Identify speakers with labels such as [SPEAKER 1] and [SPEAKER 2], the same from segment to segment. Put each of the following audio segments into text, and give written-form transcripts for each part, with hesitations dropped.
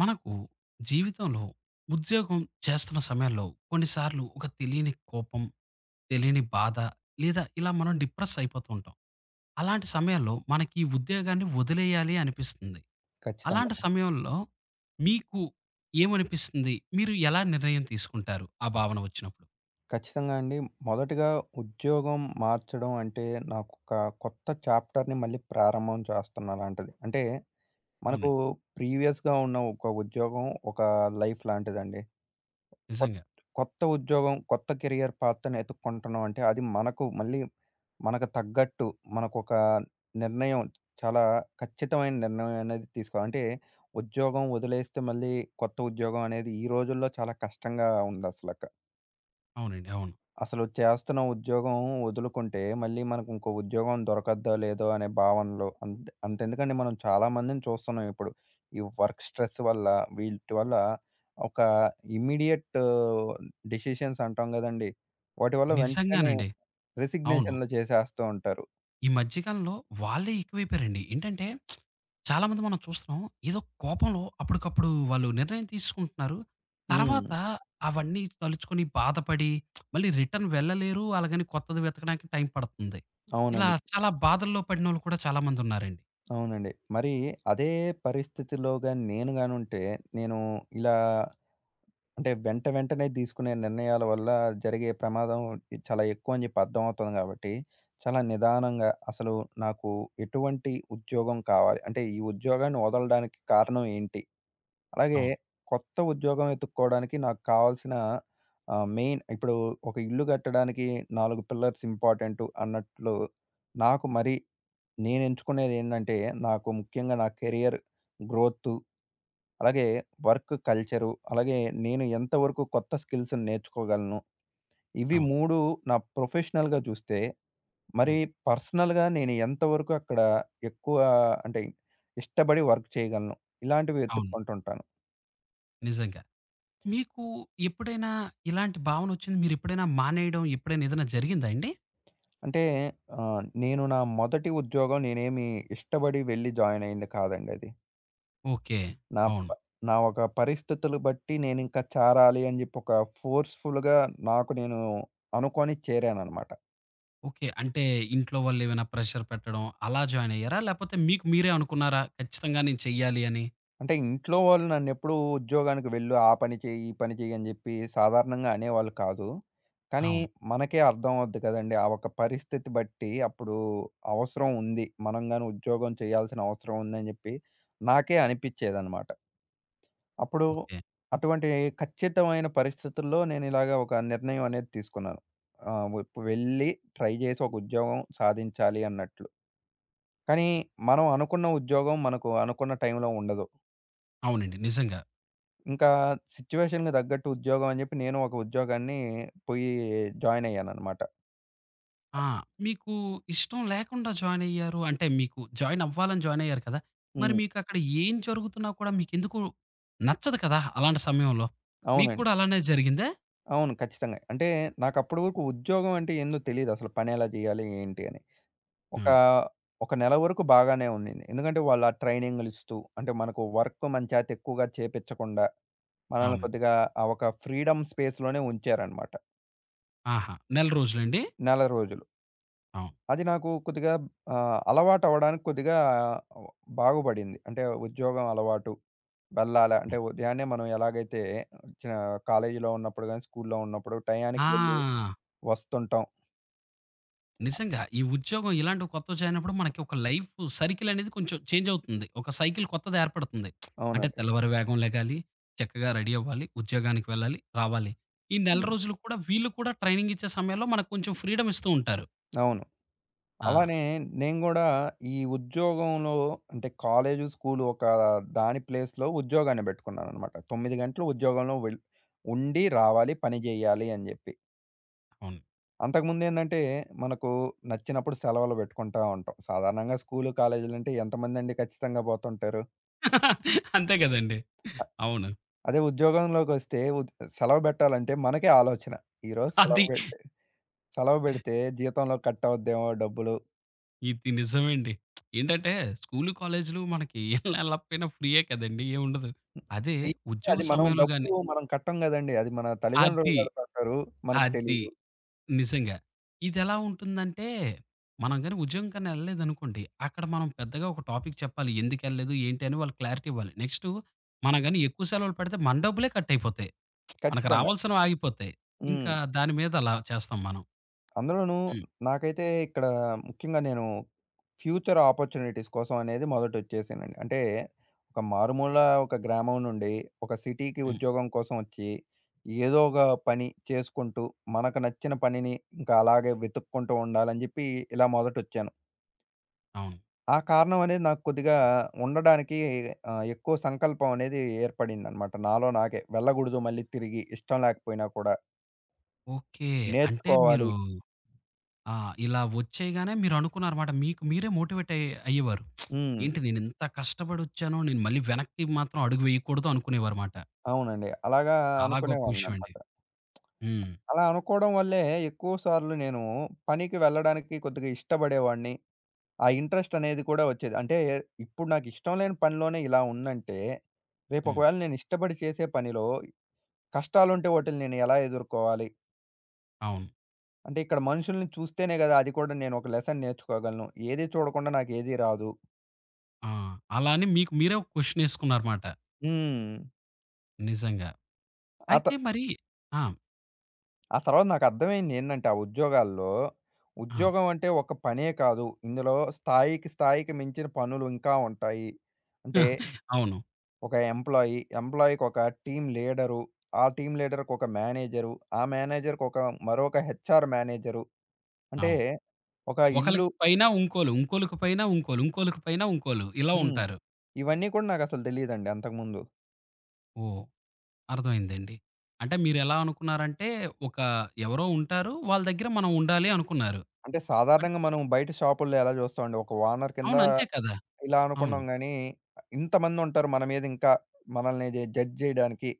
[SPEAKER 1] మనకు జీవితంలో ఉద్యోగం చేస్తున్న సమయంలో కొన్నిసార్లు ఒక తెలియని కోపం, తెలియని బాధ లేదా ఇలా మనం డిప్రెస్ అయిపోతూ ఉంటాం. అలాంటి సమయాల్లో మనకి ఈ ఉద్యోగాన్ని వదిలేయాలి అనిపిస్తుంది.
[SPEAKER 2] ఖచ్చితంగా.
[SPEAKER 1] అలాంటి సమయంలో మీకు ఏమనిపిస్తుంది? మీరు ఎలా నిర్ణయం తీసుకుంటారు? ఆ భావన వచ్చినప్పుడు?
[SPEAKER 2] ఖచ్చితంగా అండి. మొదటగా ఉద్యోగం మార్చడం అంటే నాకొక కొత్త చాప్టర్‌ని మళ్ళీ ప్రారంభం చేస్తున్న లాంటిది. అంటే మనకు
[SPEAKER 1] అవునండి.
[SPEAKER 2] ప్రీవియస్‌గా ఉన్న ఒక ఉద్యోగం ఒక లైఫ్ లాంటిదండి. కొత్
[SPEAKER 1] నిజంగా.
[SPEAKER 2] కొత్త ఉద్యోగం, కొత్త కెరియర్ పాత్‌ని ఎతుక్కుంటున్నాం అంటే అది మనకు మళ్ళీ మనకు తగ్గట్టు మనకొక నిర్ణయం చాలా ఖచ్చితమైన నిర్ణయం అనేది తీసుకోవాలి. అంటే ఉద్యోగం వదిలేస్తే మళ్ళీ కొత్త ఉద్యోగం అనేది ఈ రోజుల్లో చాలా కష్టంగా ఉందసలక.
[SPEAKER 1] అవునండి. అవును.
[SPEAKER 2] అసలు చేస్తున్న ఉద్యోగం వదులుకుంటే, మళ్ళీ మనకు ఇంకో ఉద్యోగం దొరకద్దో, లేదో అనే భావనలో అంతెందుకండి మనం చాలామందిని చూస్తున్నాం ఇప్పుడు. ఈ వర్క్ స్ట్రెస్ వల్ల, వీటి వల్ల ఒక ఇమ్మీడియేట్ డెసిషన్స్ అంటాం గదండీ! వాటి వల్ల వెంటనే
[SPEAKER 1] నిజంగానండి. అవును.
[SPEAKER 2] రెసిగ్నేషన్‌లు చేసేస్తూ ఉంటారు.
[SPEAKER 1] ఈ మధ్యకాలంలో వాళ్ళే ఎక్కువైపోయారండి. ఏంటంటే చాలామంది మనం చూస్తున్నాం. ఏదో కోపంలో అప్పటికప్పుడు వాళ్ళు నిర్ణయం తీసుకుంటున్నారు.
[SPEAKER 2] హ్మ్.
[SPEAKER 1] తర్వాత అవన్నీ తలుచుకొని బాధపడి మళ్ళీ రిటర్న్ వెళ్ళలేరు. అలాగని కొత్తది వెతకడానికి టైం పడుతుంది. ఇలా
[SPEAKER 2] అవునండి.
[SPEAKER 1] చాలా బాధల్లో పడినోళ్ళు కూడా చాలామందున్నారండి.
[SPEAKER 2] అవునండి. మరి అదే పరిస్థితిలో గాని నేను గానుంటే, నేను ఇలా అంటే వెంట వెంటనే తీసుకునే నిర్ణయాల వల్ల జరిగే ప్రమాదం చాలా ఎక్కువ అని చెప్పి అర్థమవుతుంది కాబట్టి, చాలా నిదానంగా అసలు నాకు ఎటువంటి ఉద్యోగం కావాలి? అంటే ఈ ఉద్యోగాన్ని వదలడానికి కారణం ఏంటి? అలాగే
[SPEAKER 1] అవును.
[SPEAKER 2] కొత్త ఉద్యోగం వెతుక్కోవడానికి నాకు కావాల్సిన మెయిన్ ఇప్పుడు ఒక ఇల్లు కట్టడానికి 4 పిల్లర్స్ ఇంపార్టెంటు అన్నట్లు నాకు మరి నేను ఎంచుకునేదేందంటే నాకు ముఖ్యంగా నా కెరియర్ గ్రోతు, అలాగే వర్క్ కల్చరు, అలాగే నేను ఎంతవరకు కొత్త స్కిల్స్‌ని నేర్చుకోగలను. ఇవి
[SPEAKER 1] అవును.
[SPEAKER 2] 3 నా ప్రొఫెషనల్‌గా చూస్తే, మరి
[SPEAKER 1] హ్మ్.
[SPEAKER 2] పర్సనల్‌గా నేను ఎంతవరకు అక్కడ ఎక్కువ అంటే ఇష్టపడి వర్క్ చేయగలను. ఇలాంటివి
[SPEAKER 1] అవును.
[SPEAKER 2] వెతుక్కుంటుంటాను.
[SPEAKER 1] నిజంగా. మీకు ఎప్పుడైనా ఇలాంటి భావనొచ్చింది మీరెప్పుడైనా మానేయడం ఎప్పుడైనా ఏదైనా జరిగిందా అండి?
[SPEAKER 2] అంటే నేను నా మొదటి ఉద్యోగం నేనేమి ఇష్టపడి వెళ్లి జాయిన్ అయింది కాదండి అది.
[SPEAKER 1] ఓకే.
[SPEAKER 2] నా
[SPEAKER 1] అవును.
[SPEAKER 2] ప నా ఒక పరిస్థితులు బట్టి నేనింకా చేరాలి అని చెప్పి ఒక ఫోర్స్‌ఫుల్‌గా నాకు నేను అనుకోని చేరాననమాట.
[SPEAKER 1] ఓకే. అంటే ఇంట్లో వాళ్ళేమైనా ప్రెషర్ పెట్టడం అలా జాయిన్ అయ్యారా? లేపోతే మీకు మీరే అనుకున్నారా? ఖచ్చితంగా నేను చెయ్యాలి అని?
[SPEAKER 2] అంటే ఇంట్లో వాళ్ళు నన్నెప్పుడూ ఉద్యోగానికి వెళ్ళు, ఆ పని చెయ్యి, ఈ పని చెయ్యి అని చెప్పి సాధారణంగా అనేవాళ్ళు కాదు. కానీ
[SPEAKER 1] అవును.
[SPEAKER 2] మనకే అర్థమవుద్ది కదండీ! ఆ ఒక పరిస్థితి బట్టి అప్పుడు అవసరం ఉంది. మనం గాని ఉద్యోగం చేయాల్సిన అవసరం ఉందని చెప్పి నాకే అనిపిచ్చేదనమాట. అప్పుడు
[SPEAKER 1] ఓకే.
[SPEAKER 2] అటువంటి ఖచ్చితమైన పరిస్థితుల్లో నేను ఇలాగ ఒక నిర్ణయం అనేది తీసుకున్నాను. ఆహ్, వ్ వెళ్ళి ట్రై చేసి ఒక ఉద్యోగం సాధించాలి అన్నట్లు. కానీ
[SPEAKER 1] హ్మ్.
[SPEAKER 2] మనం అనుకున్న ఉద్యోగం మనకు అనుకున్న టైంలో ఉండదు.
[SPEAKER 1] అవునండి. నిజంగా.
[SPEAKER 2] ఇంకా సిట్యుయేషన్‌కి తగ్గట్టు ఉద్యోగం అని జెప్పి నేను ఒక ఉద్యోగాన్ని పోయి జాయిన్ అయ్యాననమాట.
[SPEAKER 1] ఆ! మీకు ఇష్టం లేకుండా జాయిన్ అయ్యారు. అంటే మీకు జాయిన్ అవ్వాలని జాయిన్ అయ్యారు కదా! మరి
[SPEAKER 2] హ్మ్.
[SPEAKER 1] మీకక్కడ ఏం జరుగుతున్నా కూడా మీకెందుకు నచ్చదు కదా! అలాంటి సమయంలో. మీకు
[SPEAKER 2] అవునండి.
[SPEAKER 1] కూడా అలానే జరిగిందా?
[SPEAKER 2] అవును. ఖచ్చితంగా. అంటే నాకప్పటి వరకు ఉద్యోగం అంటే ఏందో తెలీదసలు. పనెలా జేయాలి? ఏంటి? అని. ఒక,
[SPEAKER 1] హ్మ్.
[SPEAKER 2] ఒక నెల వరకు బాగానే ఉండింది. ఎందుకంటే వాళ్ళు ఆ ట్రైనింగులిస్తూ అంటే మనకు వర్క్ మన చేత ఎక్కువగా చేపిచ్చకుండా మనల్ని
[SPEAKER 1] అవునండి.
[SPEAKER 2] కొద్దిగా ఆ ఒక ఫ్రీడమ్ స్పేస్‌లోనే ఉంచారనమాట.
[SPEAKER 1] ఆహా! నెల రోజులండి?
[SPEAKER 2] నెల రోజులు.
[SPEAKER 1] అవును.
[SPEAKER 2] అది నాకు కొద్దిగా అలవాటు అవ్వడానికి కొద్దిగా ఆహ్, బాగుపడింది. అంటే ఉద్యోగం అలవాటు. వెళ్ళాలా
[SPEAKER 1] హ్మ్.
[SPEAKER 2] అంటే ఉదయాన్నే మనం ఎలాగైతే చ కాలేజీలో ఉన్నప్పుడు గాని, స్కూల్లో ఉన్నప్పుడు టయానికి వెళ్ళి
[SPEAKER 1] ఆ!
[SPEAKER 2] వస్తుంటాం.
[SPEAKER 1] నిజంగా. ఈ ఉద్యోగం ఇలాంటి కొత్తవి జాయినప్పుడు మనకి ఒక లైఫ్ సర్కిల్ అనేది కొంచెం చేంజ్ అవుతుంది. ఒక సైకిల్ కొత్తది ఏర్పడుతుంది. అంటే
[SPEAKER 2] అవునండి.
[SPEAKER 1] తెల్లవారి వేగం లెగాలి, చక్కగా రెడీ అవ్వాలి, ఉద్యోగానికి వెళ్ళాలి, రావాలి. ఈ నెల
[SPEAKER 2] హ్మ్.
[SPEAKER 1] రోజులు కూడా వీళ్ళు కూడా ట్రైనింగ్ ఇచ్చే సమయంలో మనకు కొంచెం ఫ్రీడమ్ ఇస్తూ ఉంటారు.
[SPEAKER 2] అవును.
[SPEAKER 1] ఆ!
[SPEAKER 2] అలానే నేను గూడా ఈ ఉద్యోగంలో అంటే కాలేజు, స్కూలు ఒక దాని ప్లేస్‌లో ఉద్యోగాన్ని బెట్టుకున్నాననమాట. 9 గంటలు ఉద్యోగంలో వెళ్ ఉండి రావాలి, పని జేయాలి అని జెప్పి.
[SPEAKER 1] అవును.
[SPEAKER 2] అంతకుముందు ఏందంటే, మనకు నచ్చినప్పుడు సెలవులు పెట్టుకుంటా ఉంటాం. సాధారణంగా స్కూలు, కాలేజీలంటే ఎంతమందండి ఖచ్చితంగా పోతుంటారు.
[SPEAKER 1] అంతే గదండీ! అవును.
[SPEAKER 2] అదే ఉద్యోగంలోకొస్తే సెలవు పెట్టాలంటే మనకే ఆలోచన. ఈరోజు
[SPEAKER 1] అది
[SPEAKER 2] సెలవు పెడితే సెలవు పెడితే జీతంలో కట్ అవుద్దేమో డబ్బులు.
[SPEAKER 1] ఇది నిజమండి. ఏంటంటే స్కూలు, కాలేజీలు మనకి ఎళ్ళకపోయినా ఫ్రీయే కదండీ! ఏముండదు. అదే
[SPEAKER 2] ఫ్రీ అంటే
[SPEAKER 1] ఉద్యోగ
[SPEAKER 2] అది మనం
[SPEAKER 1] సమయంలో గాని
[SPEAKER 2] డబ్బులు మనం కట్టం గదండీ. అది మన తల్లిదండ్రులు
[SPEAKER 1] అది.
[SPEAKER 2] కడుతుంటారు. మనకు
[SPEAKER 1] అది.
[SPEAKER 2] తెలీదు.
[SPEAKER 1] నిజంగా. ఇదెలా ఉంటుందంటే, మనం గాని ఉద్యోగం కన్నా ఎళ్ళలేదనుకోండి, అక్కడ మనం పెద్దగా ఒక టాపిక్ చెప్పాలి. ఎందుకెళ్ళలేదు, ఏంటి అని వాళ్ళు క్లారిటీ ఇవ్వాలి. నెక్స్టు మనం గాని ఎక్కువ సెలవులు పెడితే మన డబ్బులే కట్టయిపోతాయి. మనకు
[SPEAKER 2] ఖచ్చితంగా.
[SPEAKER 1] రావాల్సినవి ఆగిపోతాయి. ఇంకా
[SPEAKER 2] హ్మ్.
[SPEAKER 1] దాని మీద అలా చేస్తాం మనం.
[SPEAKER 2] అందులోనూ
[SPEAKER 1] హ్మ్.
[SPEAKER 2] నాకైతే ఇక్కడ ముఖ్యంగా నేను ఫ్యూచర్ ఆపర్చునిటీస్ కోసం అనేది మొదటొచ్చేసానండి. అంటే ఒక మారుమూల ఒక గ్రామం నుండి ఒక సిటీకి
[SPEAKER 1] హ్మ్.
[SPEAKER 2] ఉద్యోగం కోసం వచ్చి, ఏదో ఒక పని చేసుకుంటూ, మనకు నచ్చిన పనిని ఇంకా అలాగే వెతుక్కుంటూ ఉండాలని జెప్పి ఇలా మొదటొచ్చాను.
[SPEAKER 1] అవును.
[SPEAKER 2] ఆ కారణం అనేది నాకు కొద్దిగా ఉండడానికి ఎక్కువ సంకల్పం అనేది ఏర్పడిందనమాట. నాలో నాకే వెళ్ళగూడదు మళ్ళీ తిరిగి ఇష్టం లేకపోయినా కూడా
[SPEAKER 1] ఓకే. అంటే మీరు
[SPEAKER 2] నేర్చుకోవాలి.
[SPEAKER 1] ఆ! ఇలా వచ్చేయగానే మీరనుకున్నారన్నమాట. మీకు మీరే మోటివేట్ అయ్యేవారు.
[SPEAKER 2] హ్మ్.
[SPEAKER 1] ఏంటి నేనింత కష్టపడొచ్చాను. నేను మళ్ళీ వెనక్కి మాత్రం అడుగు వేయకూడదు అనుకునేవారుమాట.
[SPEAKER 2] అవునండి. అలాగా
[SPEAKER 1] చాలా గొప్ప విషయం అండి.
[SPEAKER 2] అనుకునేవాడిననమాట.
[SPEAKER 1] హ్మ్.
[SPEAKER 2] అలా అనుకోవడం వల్లే ఎక్కువ సార్లు నేను పనికి వెళ్ళడానికి కొద్దిగా ఇష్టపడేవాడిని. ఆ ఇంట్రెస్ట్ అనేది కూడా వచ్చేది. అంటే ఇప్పుడు నాకు ఇష్టం లేని పనిలోనే ఇలా ఉందంటే, రేపు
[SPEAKER 1] హ్మ్.
[SPEAKER 2] ఒకవేళ నేను ఇష్టపడి చేసే పనిలో కష్టాలుంటే వాటిని నేను ఎలా ఎదుర్కోవాలి?
[SPEAKER 1] అవును.
[SPEAKER 2] అంటే ఇక్కడ మనుషుల్ని చూస్తేనే గదా! అది కూడా నేను ఒక లెసన్ నేర్చుకోగలను. ఏది చూడకుండా నాకేది రాదు.
[SPEAKER 1] ఆ! అలా అని మీకు మీరే ఒక క్వెషన్ ఏసుకున్నారమాట.
[SPEAKER 2] హ్మ్.
[SPEAKER 1] నిజంగా.
[SPEAKER 2] అత
[SPEAKER 1] అయితే మరి ఆ!
[SPEAKER 2] ఆ తర్వాత నాకు అర్థమైంది ఏంటంటే ఆ ఉద్యోగాల్లో,
[SPEAKER 1] ఆ!
[SPEAKER 2] ఉద్యోగం అంటే ఒక పనే కాదు. ఇందులో స్థాయికి, స్థాయికి మించిన పనులు ఇంకా ఉంటాయి. అంటే
[SPEAKER 1] అవును.
[SPEAKER 2] ఒక ఎంప్లాయీకి ఒక టీమ్ లీడరు, ఆ టీమ్ లీడర్‌కి ఒక మేనేజరు, ఆ మేనేజర్‌కి ఒక మరొక హెచ్ఆర్ మేనేజరు. అంటే
[SPEAKER 1] అవును.
[SPEAKER 2] ఒక ఇల్లు
[SPEAKER 1] ఒకళ్ళకి పైన ఉంకోలు, ఉంకోళ్ళకి పైన ఉంకోలు, ఉంకోళ్ళకి పైన ఉంకోలు ఇలా
[SPEAKER 2] హ్మ్.
[SPEAKER 1] ఉంటారు.
[SPEAKER 2] ఇవన్నీ కూడా నాకసలు తెలీదండి అంతకుముందు.
[SPEAKER 1] ఓహ్! అర్థమైందండి. అంటే మీరెలా అనుకున్నారంటే ఒక ఎవరో ఉంటారు. వాళ్ళ దగ్గర మనం ఉండాలి అనుకున్నారు.
[SPEAKER 2] అంటే
[SPEAKER 1] బట్
[SPEAKER 2] సాధారణంగా మనం బయట షాపుల్లో ఎలా చూస్తామండి. ఒక ఓనర్ కింద
[SPEAKER 1] అవును. అంతే కదా!
[SPEAKER 2] ఇలా
[SPEAKER 1] అవును.
[SPEAKER 2] అనుకున్నాం గానీ, ఇంతమందుంటారు మన మీద ఇంకా మనల్ని జడ్జ్ చేయడానికి.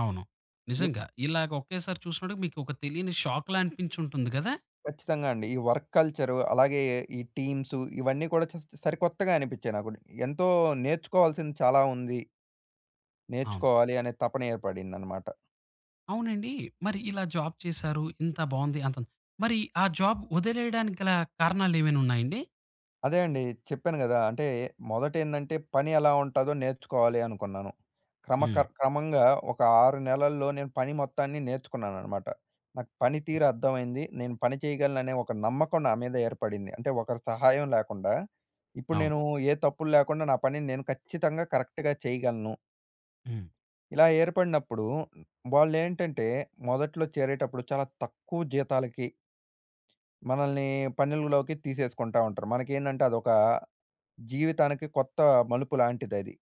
[SPEAKER 1] అవును. నిజంగా. ఇలాగ ఒకేసారి చూసినప్పుడు మీకు ఒక తెలియని షాక్‌లా అనిపించి ఉంటుంది గదా!
[SPEAKER 2] ఖచ్చితంగా అండి. ఈ వర్క్ కల్చరు, అలాగే ఈ టీమ్సు ఇవన్నీ కూడా జస్ట్ సరికొత్తగా అనిపించాయి నాకు. ఎంతో నేర్చుకోవాల్సింది చాలా ఉంది.
[SPEAKER 1] అవును.
[SPEAKER 2] నేర్చుకోవాలి అనే తపన ఏర్పడిందనమాట.
[SPEAKER 1] అవునండి. మరి ఇలా జాబ్ చేశారు. ఇంత బావుంది అంత మరి ఆ జాబ్ వదిలేయడానికి గల కారణాలేమైనున్నాయండి?
[SPEAKER 2] అదే అండి చెప్పాను గదా! అంటే మొదటేందంటే పని ఎలా ఉంటాదో నేర్చుకోవాలి అనుకున్నాను.
[SPEAKER 1] హ్మ్.
[SPEAKER 2] క్రమంగా ఒక 6 నెలల్లో నేను పని మొత్తాన్ని నేర్చుకున్నాననమాట. నాకు పని తీరు అర్థమైంది. నేను పని చేయగలననే ఒక నమ్మకం నా మీద ఏర్పడింది. అంటే ఒకరి సహాయం లేకుండా ఇప్పుడు
[SPEAKER 1] అవును.
[SPEAKER 2] నేను ఏ తప్పులు లేకుండా నా పనిని నేను ఖచ్చితంగా కరెక్ట్‌గా చేయగలను.
[SPEAKER 1] హ్మ్.
[SPEAKER 2] ఇలా ఏర్పడినప్పుడు వాళ్ళేంటంటే, మొదట్లో చేరేటప్పుడు చాలా తక్కువ జీతాలకి మనల్ని పనుల్లోకి తీసేసుకుంటా ఉంటారు. మనకేందంటే అదొక జీవితానికి కొత్త మలుపు లాంటిదది.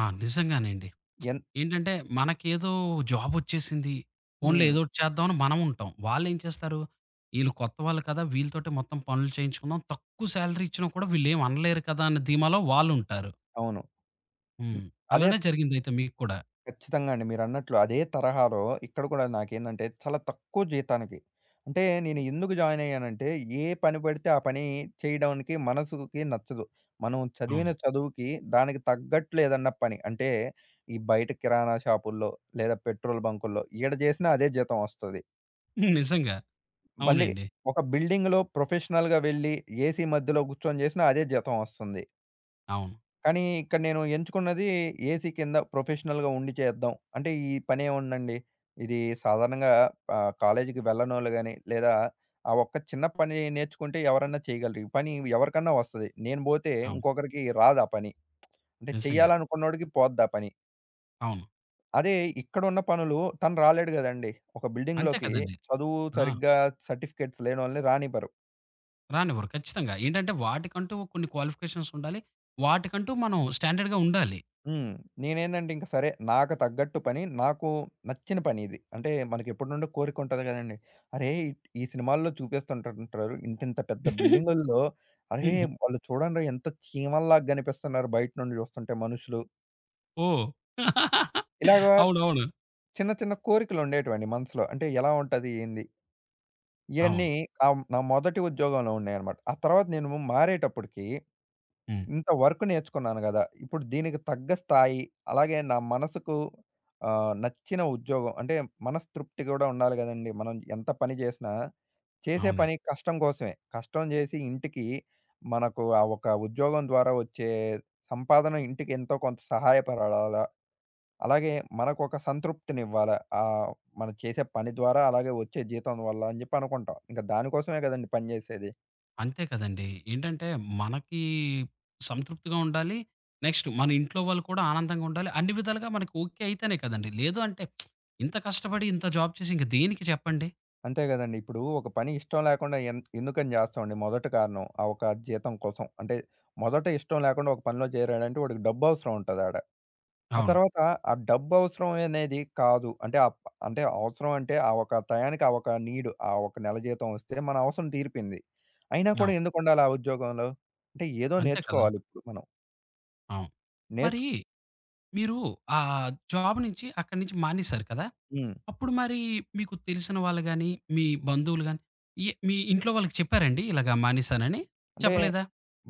[SPEAKER 1] ఆ! నిజంగానండి.
[SPEAKER 2] ఎన్
[SPEAKER 1] ఏంటంటే మనకేదో జాబొచ్చేసింది. పోన్లే
[SPEAKER 2] హ్మ్.
[SPEAKER 1] ఏదోటి చేద్దాం అని మనం ఉంటాం. వాళ్ళేం చేస్తారు? ఈళ్ళు కొత్త వాళ్ళు కదా! వీళ్ళతోటే మొత్తం పనులు చేయించుకుందాం. తక్కువ సాలరీ ఇచ్చినా కూడా వీళ్ళేం అనలేరు కదా! అన్న ధీమాలో వాళ్ళుంటారు.
[SPEAKER 2] అవును. హ్మ్.
[SPEAKER 1] హ్మ్.
[SPEAKER 2] అదే
[SPEAKER 1] అలానే జరిగిందయితే మీకు కూడా.
[SPEAKER 2] ఖచ్చితంగా అండి. మీరన్నట్లు అదే తరహాలో ఇక్కడ కూడా నాకేందంటే చాలా తక్కువ జీతానికి అంటే నేను ఎందుకు జాయిన్ అయ్యానంటే ఏ పని పడితే ఆ పని చేయడానికి మనసుకి నచ్చదు. మనం చదివిన
[SPEAKER 1] అవును.
[SPEAKER 2] చదువుకి దానికి తగ్గట్లు ఏదన్నా పని అంటే ఈ బయట కిరాణా షాపుల్లో లేదా పెట్రోల్ బంకుల్లో ఈడ చేసినా అదే జీతం వస్తది.
[SPEAKER 1] నిజంగా.
[SPEAKER 2] మళ్ళీ
[SPEAKER 1] అవునండి.
[SPEAKER 2] ఒక బిల్డింగ్‌లో ప్రొఫెషనల్‌గా వెళ్ళి ఏసీ మధ్యలో కూర్చొని చేసినా అదే జీతం వస్తుంది.
[SPEAKER 1] అవును.
[SPEAKER 2] కానీ ఇక్కడ నేను ఎంచుకున్నది ఏసీ కింద ప్రొఫెషనల్‌గా ఉండి చేద్దాం. అంటే ఈ పనేముందండి. ఇది సాధారణంగా కాలేజీకి వెళ్ళనోళ్ళు గాని, లేదా ఆ ఒక్క చిన్న పని నేర్చుకుంటే ఎవరన్నా చేయగలరు. ఈ పని ఎవరికన్నా వస్తది. నేను బోతే
[SPEAKER 1] అవును.
[SPEAKER 2] ఇంకొకరికి రాదు ఆ పని. అంటే
[SPEAKER 1] నిజంగా.
[SPEAKER 2] చేయాలనుకున్నోడికి పోద్ది ఆ పని.
[SPEAKER 1] అవును.
[SPEAKER 2] అదే ఇక్కడున్న పనులు తను రాలేడు గదండీ! ఒక
[SPEAKER 1] అంతే
[SPEAKER 2] బిల్డింగ్‌లోకి
[SPEAKER 1] కదండీ.
[SPEAKER 2] చదువు
[SPEAKER 1] ఆ!
[SPEAKER 2] సరిగ్గా సర్టిఫికేట్స్ లేనోళ్ళని రానివ్వరు.
[SPEAKER 1] రానివ్వరు. ఖచ్చితంగా. ఏంటంటే వాటికంటూ కొన్ని క్వాలిఫికేషన్స్ ఉండాలి. వాటికంటూ మనం స్టాండర్డ్‌గా ఉండాలి.
[SPEAKER 2] హ్మ్. నేనేందంటే ఇంక సరే నాకు తగ్గట్టు పని, నాకు నచ్చిన పని ఇది. అంటే మనకెప్పటి నుండో కోరిక ఉంటది గదండీ. అరే! ఈ సినిమాల్లో చూపిస్తుంటుంటారు. ఇంతింత పెద్ద బిల్డింగుల్లో అరే! వాళ్ళు చూడండ్రా ఎంత చీమల్లాగా కనిపిస్తున్నారు బయట నుండి చూస్తుంటే మనుషులు.
[SPEAKER 1] ఓహ్!
[SPEAKER 2] ఇలాగా
[SPEAKER 1] అవునవును.
[SPEAKER 2] చిన్న చిన్న కోరికలు ఉండేటివండి మనసులో. అంటే ఎలా ఉంటది? ఏంది? ఇయన్నీ
[SPEAKER 1] అవును.
[SPEAKER 2] నా మొదటి ఉద్యోగంలో ఉన్నాయన్నమాట. ఆ తర్వాత నేను మారేటప్పటికి
[SPEAKER 1] హ్మ్.
[SPEAKER 2] ఇంత వర్క్ నేర్చుకున్నాను గదా! ఇప్పుడు దీనికి తగ్గ స్థాయి, అలాగే నా మనసుకు నచ్చిన ఉద్యోగం అంటే మనస్తృప్తి గూడా ఉండాలి గదండీ! మనం ఎంత పని జేసినా, చేసే
[SPEAKER 1] అవునండి.
[SPEAKER 2] పని కష్టం కోసమే. కష్టం జేసి ఇంటికి మనకు ఆ ఒక ఉద్యోగం ద్వారా వచ్చే సంపాదన ఇంటికి ఎంతో కొంత సహాయపడాలా. అలాగే మనకు ఒక సంతృప్తినివ్వాలా. మనం చేసే పని ద్వారా అలాగే వచ్చే జీతం వల్ల అని జెప్పి అనుకుంటాం. ఇంక దానికోసమే గదండీ పని జేసేది.
[SPEAKER 1] అంతే కదండీ. ఏంటంటే మనకి సంతృప్తిగా ఉండాలి. నెక్స్ట్ మన ఇంట్లో వాళ్ళు కూడా ఆనందంగా ఉండాలి. అన్ని విధాలుగా మనకి ఓకే అయితేనే కదండీ. లేదు అంటే ఇంత కష్టపడి ఇంత జాబ్ చేసి ఇంక దేనికి చెప్పండి?
[SPEAKER 2] అంతే గదండీ. ఇప్పుడు ఒక పని ఇష్టం లేకుండా ఎందుకని జేస్తామండి? మొదటి కారణం. ఆ ఒక జీతం కోసం. అంటే మొదట ఇష్టం లేకుండా ఒక పనిలో చేరాడంటే వాడికి డబ్బవసరం ఉంటదాడ. ఆ
[SPEAKER 1] అవును.
[SPEAKER 2] తర్వాత ఆ డబ్బవసరం అనేది కాదు. అంటే అవసరం అంటే ఆ ఒక టయానికి ఆ ఒక నీడ్ ఆ ఒక నెల జీతం ఒస్తే మన అవసరం తీరిపోయింది. అయినా కూడా
[SPEAKER 1] అవును.
[SPEAKER 2] ఎందుకుండాలి ఆ ఉద్యోగంలో? అంటే ఏదో
[SPEAKER 1] అంతే కదా!
[SPEAKER 2] నేర్చుకోవాలిప్పుడు మనం.
[SPEAKER 1] అవును. మరి
[SPEAKER 2] నేర్చు
[SPEAKER 1] మీరు ఆ జాబ్ నుంచి అక్కడి నుంచి మానేశారు కదా!
[SPEAKER 2] హ్మ్.
[SPEAKER 1] అప్పుడు మరి మీకు తెలిసిన వాళ్ళు గాని, మీ బంధువులు గాని, మీ ఇంట్లో వాళ్ళకి చెప్పారండి ఇలాగ మానేశానని?
[SPEAKER 2] అంటే
[SPEAKER 1] చెప్పలేదా?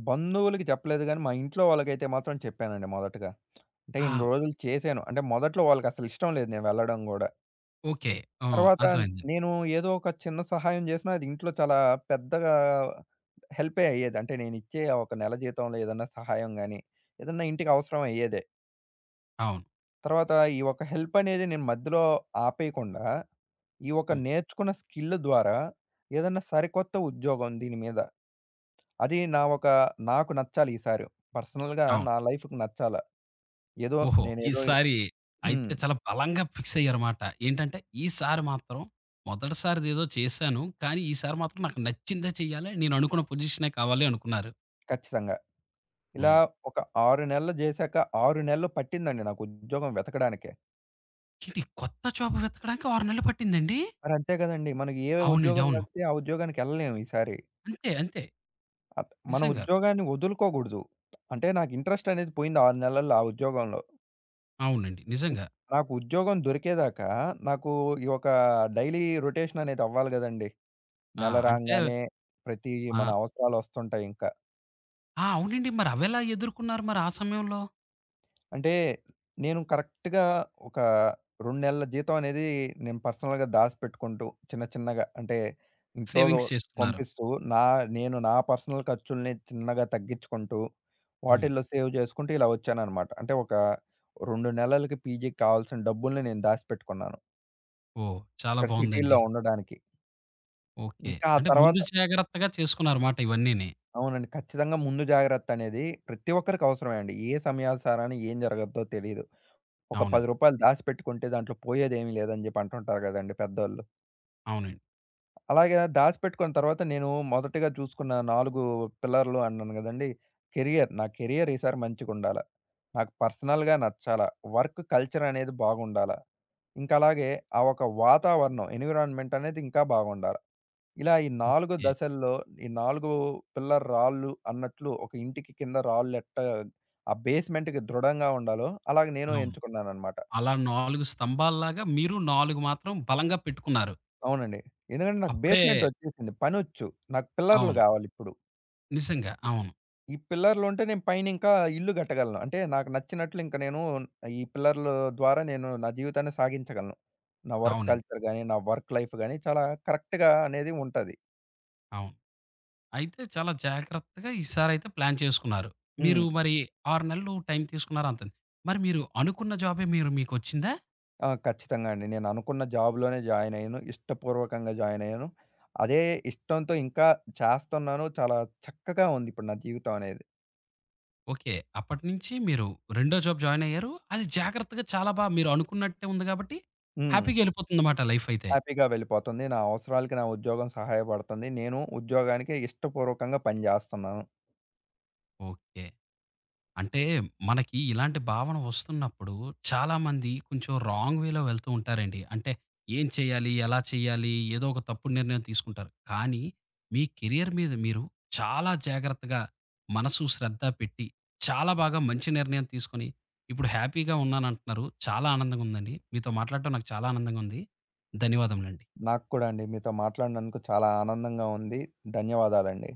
[SPEAKER 2] బంధువులకి చెప్పలేదు గానీ మా ఇంట్లో వాళ్ళకైతే మాత్రం చెప్పానండి మొదటగా. అంటే ఇన్ని
[SPEAKER 1] ఆ!
[SPEAKER 2] రోజులు చేశాను. అంటే మొదట్లో వాళ్ళకసలు ఇష్టం లేదు నేను వెళ్ళడం గూడా.
[SPEAKER 1] ఓకే. ఆ!
[SPEAKER 2] తర్వాత
[SPEAKER 1] అర్థమైంది.
[SPEAKER 2] నేను ఏదో ఒక చిన్న సహాయం జేసినా అది ఇంట్లో చాలా పెద్దగా హెల్పే అయ్యేది. అంటే నేనిచ్చే ఆ ఒక నెల జీతంలో ఏదన్నా సహాయం గాని, ఏదన్నా ఇంటికి అవసరం అయ్యేదే.
[SPEAKER 1] అవును.
[SPEAKER 2] తర్వాత ఈ ఒక హెల్ప్ అనేది నేను మధ్యలో ఆపేయకుండా, ఈ ఒక
[SPEAKER 1] హ్మ్.
[SPEAKER 2] నేర్చుకున్న స్కిల్ ద్వారా ఏదన్నా సరికొత్త ఉద్యోగం దీని మీద. అది నా ఒక నాకు నచ్చాలి ఈసారి. పర్సనల్‌గా
[SPEAKER 1] అవును.
[SPEAKER 2] నా లైఫ్‌కి నచ్చాల. ఏదో
[SPEAKER 1] ఓహో!
[SPEAKER 2] నేనేదో
[SPEAKER 1] ఈసారి అయితే
[SPEAKER 2] హ్మ్.
[SPEAKER 1] చాలా బలంగా ఫిక్స్ అయ్యారుమాట. ఏంటంటే, ఈసారి మాత్రం మొదటిసారిదేదో చేశాను. కానీ ఈసారి మాత్రం నాకు నచ్చిందే చెయ్యాలి. నేను అనుకున్న పొజిషనే కావాలి అనుకున్నారు.
[SPEAKER 2] ఖచ్చితంగా. ఇలా
[SPEAKER 1] హ్మ్.
[SPEAKER 2] ఒక 6 నెలలు జేశాక 6 నెలలు పట్టిందండి నాకు ఉద్యోగం వెతకడానికే.
[SPEAKER 1] ఏంటి కొత్త జాబ్ వెతకడానికి 6 నెలలు పట్టిందండి?
[SPEAKER 2] మరి అంతే గదండీ! మనకి ఏ
[SPEAKER 1] అవునండి.
[SPEAKER 2] ఉద్యోగం
[SPEAKER 1] అవును.
[SPEAKER 2] గడితే ఆ ఉద్యోగానికెళ్ళలేము ఈసారి.
[SPEAKER 1] అంతే. అంతే.
[SPEAKER 2] మన
[SPEAKER 1] నిజంగా.
[SPEAKER 2] ఉద్యోగాన్ని వదులుకోగూడదు. అంటే నాకు ఇంట్రెస్ట్ అనేది పోయింది 6 నెలల్లో ఆ ఉద్యోగంలో.
[SPEAKER 1] అవునండి.
[SPEAKER 2] హ్మ్.
[SPEAKER 1] నిజంగా.
[SPEAKER 2] నాకు ఉద్యోగం దొరికేదాకా నాకు ఈ ఒక డైలీ రొటేషన్ అనేది అవ్వాలి గదండీ!
[SPEAKER 1] ఆ!
[SPEAKER 2] నెల
[SPEAKER 1] అంటే
[SPEAKER 2] రాంగానే ప్రతి మన
[SPEAKER 1] ఆ!
[SPEAKER 2] అవసరాలొస్తుంటాయింక.
[SPEAKER 1] ఆ! అవునండి. మరవెలా ఎదుర్కున్నారు మరి ఆ సమయంలో?
[SPEAKER 2] అంటే నేను కరెక్ట్‌గా ఒక 2 నెలల జీతం అనేది నేను పర్సనల్‌గా దాసిపెట్టుకుంటూ చిన్న చిన్నగా అంటే ఇంట్లో
[SPEAKER 1] సేవింగ్స్ చేసుకున్నారు.
[SPEAKER 2] పంపిస్తూ నా నేను నా పర్సనల్ ఖర్చుల్ని చిన్నగా తగ్గించుకుంటూ
[SPEAKER 1] హ్మ్.
[SPEAKER 2] వాటిల్లో సేవ్ చేసుకుంటూ ఇలా వచ్చాననమాట. అంటే ఒక 2 నెలలకి పీజీకి కావాల్సిన డబ్బుల్ని నేను దాసిపెట్టుకున్నాను.
[SPEAKER 1] ఓహ్! చాలా
[SPEAKER 2] అక్కడ సిటీల్లో
[SPEAKER 1] బావుందండి.
[SPEAKER 2] ఉండడానికి.
[SPEAKER 1] ఓకే.
[SPEAKER 2] ఇంకా ఆ
[SPEAKER 1] అంటే ముందు
[SPEAKER 2] తర్వాత
[SPEAKER 1] జాగ్రత్తగా చేసుకున్నారన్నమాట ఇవన్నీని.
[SPEAKER 2] అవునండి. ఖచ్చితంగా ముందు జాగ్రత్త అనేది ప్రతి ఒక్కరికి అవసరమే అండి. ఏ సమయాలు సారాన ఏం జరగద్దో తెలీదు. ఒక రూ.
[SPEAKER 1] అవునండి.
[SPEAKER 2] 10 దాసిపెట్టుకుంటే దాంట్లో పోయేదేమీ లేదని జెప్పి అంటుంటారు గదండీ పెద్దోళ్ళు.
[SPEAKER 1] అవునండి.
[SPEAKER 2] అలాగే దాసిపెట్టుకున్న తర్వాత నేను మొదటగా చూసుకున్న 4 పిల్లర్లు అన్నాను గదండీ! కెరియర్. నా కెరియర్ ఈసారి మంచిగుండాల. నాకు పర్సనల్‌గా నచ్చాల. వర్క్ కల్చర్ అనేది బాగుండాల. ఇంకా అలాగే ఆ ఒక వాతావరణం ఎన్విరాన్మెంట్ అనేది ఇంకా బాగుండాల. ఇలా ఈ 4
[SPEAKER 1] ఓకే.
[SPEAKER 2] దశల్లో ఈ 4 పిల్లర్ రాళ్ళు అన్నట్లు ఒక ఇంటికి కింద రాళ్ళెట్ట ఆ బేస్‌మెంట్‌కి దృఢంగా ఉండాలో అలాగే నేను
[SPEAKER 1] అవును.
[SPEAKER 2] ఎంచుకున్నానన్నమాట.
[SPEAKER 1] అలా 4 స్తంభాల్లాగా మీరు 4 మాత్రం బలంగా పెట్టుకున్నారు.
[SPEAKER 2] అవునండి. ఎందుకంటే నాకు
[SPEAKER 1] అప్పుడే
[SPEAKER 2] బేస్‌మెంటొచ్చేసింది. పనొచ్చు. నాకు పిల్లర్‌లు
[SPEAKER 1] అవును.
[SPEAKER 2] గావాలిప్పుడు.
[SPEAKER 1] నిజంగా. అవును.
[SPEAKER 2] ఈ పిల్లర్‌లుంటే నేను పైనింకా ఇల్లు గట్టగలను. అంటే నాకు నచ్చినట్లు ఇంక నేను ఈ పిల్లర్‌లు ద్వారా నేను నా జీవితాన్ని సాగించగలను. నా వర్క్
[SPEAKER 1] అవునండి.
[SPEAKER 2] కల్చర్ గాని, నా వర్క్ లైఫ్ గాని చాలా కరెక్ట్‌గా అనేది ఉంటది.
[SPEAKER 1] అవును. అయితే చాలా జాగ్రత్తగా ఈసారైతే ప్లాన్ చేసుకున్నారు. మీరు
[SPEAKER 2] హ్మ్.
[SPEAKER 1] మరి 6 నెలలు టైం తీసుకున్నారు అంతండి. మరి మీరు అనుకున్న జాబే మీరు మీకొచ్చిందా?
[SPEAKER 2] ఆ! ఖచ్చితంగా అండి. నేను అనుకున్న జాబ్‌లోనే జాయినయ్యాను. ఇష్టపూర్వకంగా జాయినయ్యాను. అదే ఇష్టంతో ఇంకా చేస్తున్నాను. చాలా చక్కగా ఉంది ఇప్పుడు నా జీవితం అనేది.
[SPEAKER 1] ఓకే. అప్పటినుంచి మీరు రెండో జాబ్ జాయిన్ అయ్యారు. అది జాగ్రత్తగా చాలా మీరు అనుకున్నట్టే ఉంది కాబట్టి
[SPEAKER 2] హ్మ్.
[SPEAKER 1] హ్యాపీగా ఎళ్ళిపోతుందన్నమాట లైఫ్ అయితే.
[SPEAKER 2] హ్యాపీగా వెళ్ళిపోతుంది. నా అవసరాలకి నా ఉద్యోగం సహాయపడుతుంది. నేను ఉద్యోగానికి ఇష్టపూర్వకంగా పనిజేస్తున్నాను.
[SPEAKER 1] ఓకే. అంటే మనకి ఇలాంటి భావన వస్తున్నప్పుడు చాలామంది కొంచెం రాంగ్ వేలో వెళ్తూ ఉంటారండి. అంటే ఏం చేయాలి? ఎలా చేయాలి? ఏదో ఒక తప్పుడు నిర్ణయం తీసుకుంటారు. కానీ మీ కెరియర్ మీద మీరు చాలా జాగ్రత్తగా మనసు శ్రద్ధ పెట్టి చాలా బాగా మంచి నిర్ణయం తీసుకొని ఇప్పుడు హ్యాపీగా ఉన్నానంటున్నారు. చాలా ఆనందంగా ఉందండి. మీతో మాట్లాడటం నాకు చాలా ఆనందంగా ఉంది. ధన్యవాదములండి.
[SPEAKER 2] నాకు కూడా అండి మీతో మాట్లాడినందుకు చాలా ఆనందంగా ఉంది. ధన్యవాదాలండి.